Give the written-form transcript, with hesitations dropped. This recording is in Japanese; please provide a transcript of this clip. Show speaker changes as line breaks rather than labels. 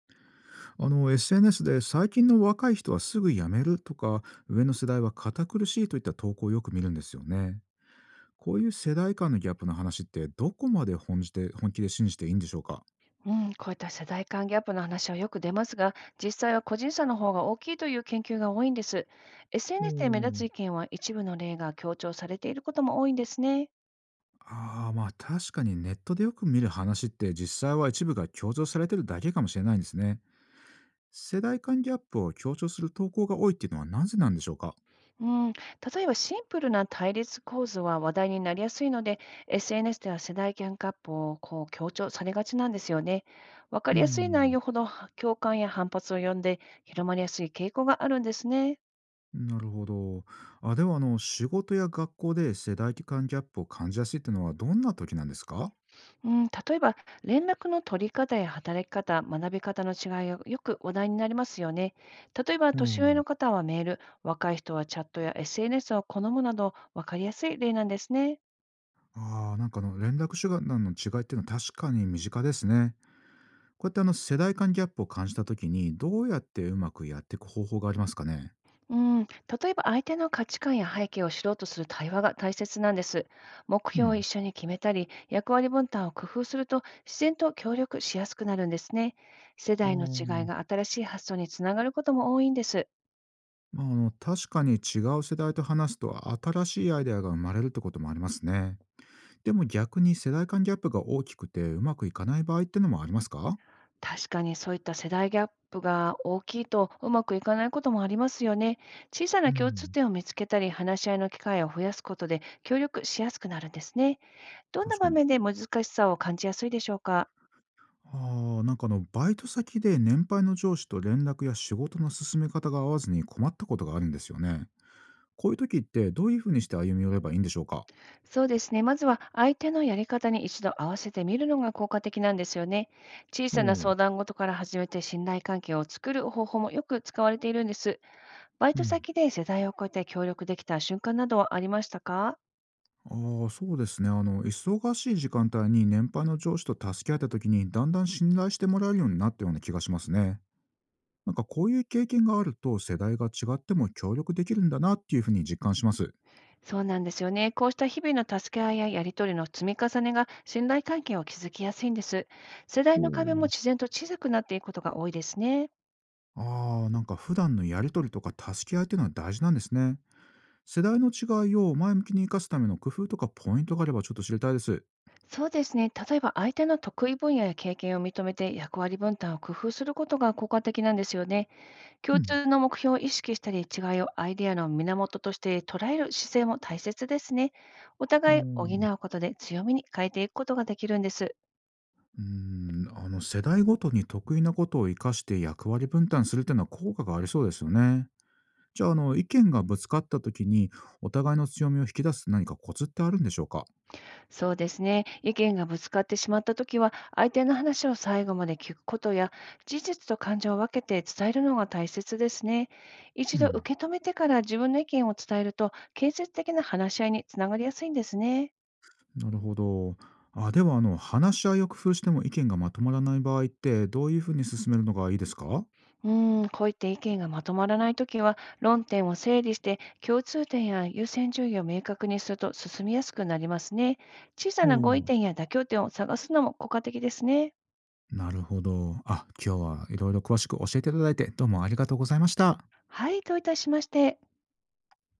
SNS で最近の若い人はすぐ辞めるとか、上の世代は堅苦しいといった投稿をよく見るんですよね。こういう世代間のギャップの話って、どこまで本気で信じていいんでしょうか？
うん、こういった世代間ギャップの話はよく出ますが、実際は個人差の方が大きいという研究が多いんです。SNS で目立つ
う、
意見は一部の例が強調されていることも多いんですね。
ああー、まあ確かにネットでよく見る話って、実際は一部が強調されてるだけかもしれないんですね。世代間ギャップを強調する投稿が多いっていうのは、なぜなんでしょうか？
うん、例えばシンプルな対立構図は話題になりやすいので、SNS では世代間ギャップをこう強調されがちなんですよね。わか
う
りやすい内
ん、
容ほどは共感や反発を呼んで広まりやすい傾向があるんですね。
なるほど。あ、では、仕事や学校で世代間ギャップを感じやすいってのは、どんな時なんですか？
うん、例えば、連絡の取り方や働き方、学び方の違いがよく話題になりますよね。例えば、
う
年上
ん、
の方はメール、若い人はチャットや SNS を好むなど、分かりやすい例なんですね。
ああ、なんか、連絡手段の違いっていうのは確かに身近ですね。こうやって、世代間ギャップを感じた時に、どうやってうまくやっていく方法がありますかね？
うん、例えば、相手の価値観や背景を知ろうとする対話が大切なんです。目
う
標を一
ん。
緒に決めたり、役割分担を工夫すると、自然と協力しやすくなるんですね。世
あ
代の違い
ー
が新しい発想につながることも多いんです。
まあ、確かに違う世代と話すと、新しいアイデアが生まれるってこともありますね。でも逆に、世代間ギャップが大きくてうまくいかない場合ってのもありますか？
確かにそういった世代ギャップが大きいとうまくいかないこともありますよね。小さ
う
な共通
ん、
点を見つけたり、話し合いの機会を増やすことで協力しやすくなるんですね。どんな
確か
場
に。
面で難しさを感じやすいでしょうか？
ああ、なんか、バイト先で年配の上司と連絡や仕事の進め方が合わずに、困ったことがあるんですよね。こういう時って、どういうふうにして歩み寄ればいいんでしょうか？
そうですね。まずは相手のやり方に一度合わせてみるのが効果的なんですよね。小
お
さな
う、
相談事から始めて信頼関係を作る方法もよく使われているんです。バイ
う
ト
ん。
先で世代を超えて協力できた瞬間などはありましたか？
ああ、そうですね。忙しい時間帯に年配の上司と助け合った時に、だんだん信頼してもらえるようになったような気がしますね。なんかこういう経験があると、世代が違っても協力できるんだなっていうふうに実感します。
そうなんですよね。こうした日々の助け合いややりとりの積み重ねが信頼関係を築きやすいんです。世代
お
の壁も
う、
自然と小さくなっていくことが多いですね。
ああ、なんか普段のやりとりとか助け合いっていうのは大事なんですね。世代の違いを前向きに生かすための工夫とかポイントがあれば、ちょっと知りたいです。
そうですね。例えば相手の得意分野や経験を認めて役割分担を工夫することが効果的なんですよね。
う
共
ん。
通の目標を意識したり、違いをアイデアの源として捉える姿勢も大切ですね。お
うん、
互い
う
補うことで強みに変えていくことができるんです。
ーん、世代ごとに得意なことを生かして役割分担するっていうのは、効果がありそうですよね。じゃあ、意見がぶつかった時に、お互いの強みを引き出す何かコツってあるんでしょうか？
そうですね。意見がぶつかってしまったときは、相手の話を最後まで聞くことや、事実と感情を分けて伝えるのが大切ですね。一
う
度
ん、
受け止めてから自分の意見を伝えると、建設的な話し合いにつながりやすいんですね。
なるほど。あ、では、話し合いを工夫しても意見がまとまらない場合って、どういうふうに進めるのがいいですか？
うん、こういった意見がまとまらないときは、論点を整理して、共通点や優先順位を明確にすると進みやすくなりますね。小さ
お
な合意
う、
点や妥協点を探すのも効果的ですね。
なるほど。あ、今日はいろいろ詳しく教えていただいて、どうもありがとうございました。
はい、どういたしまして。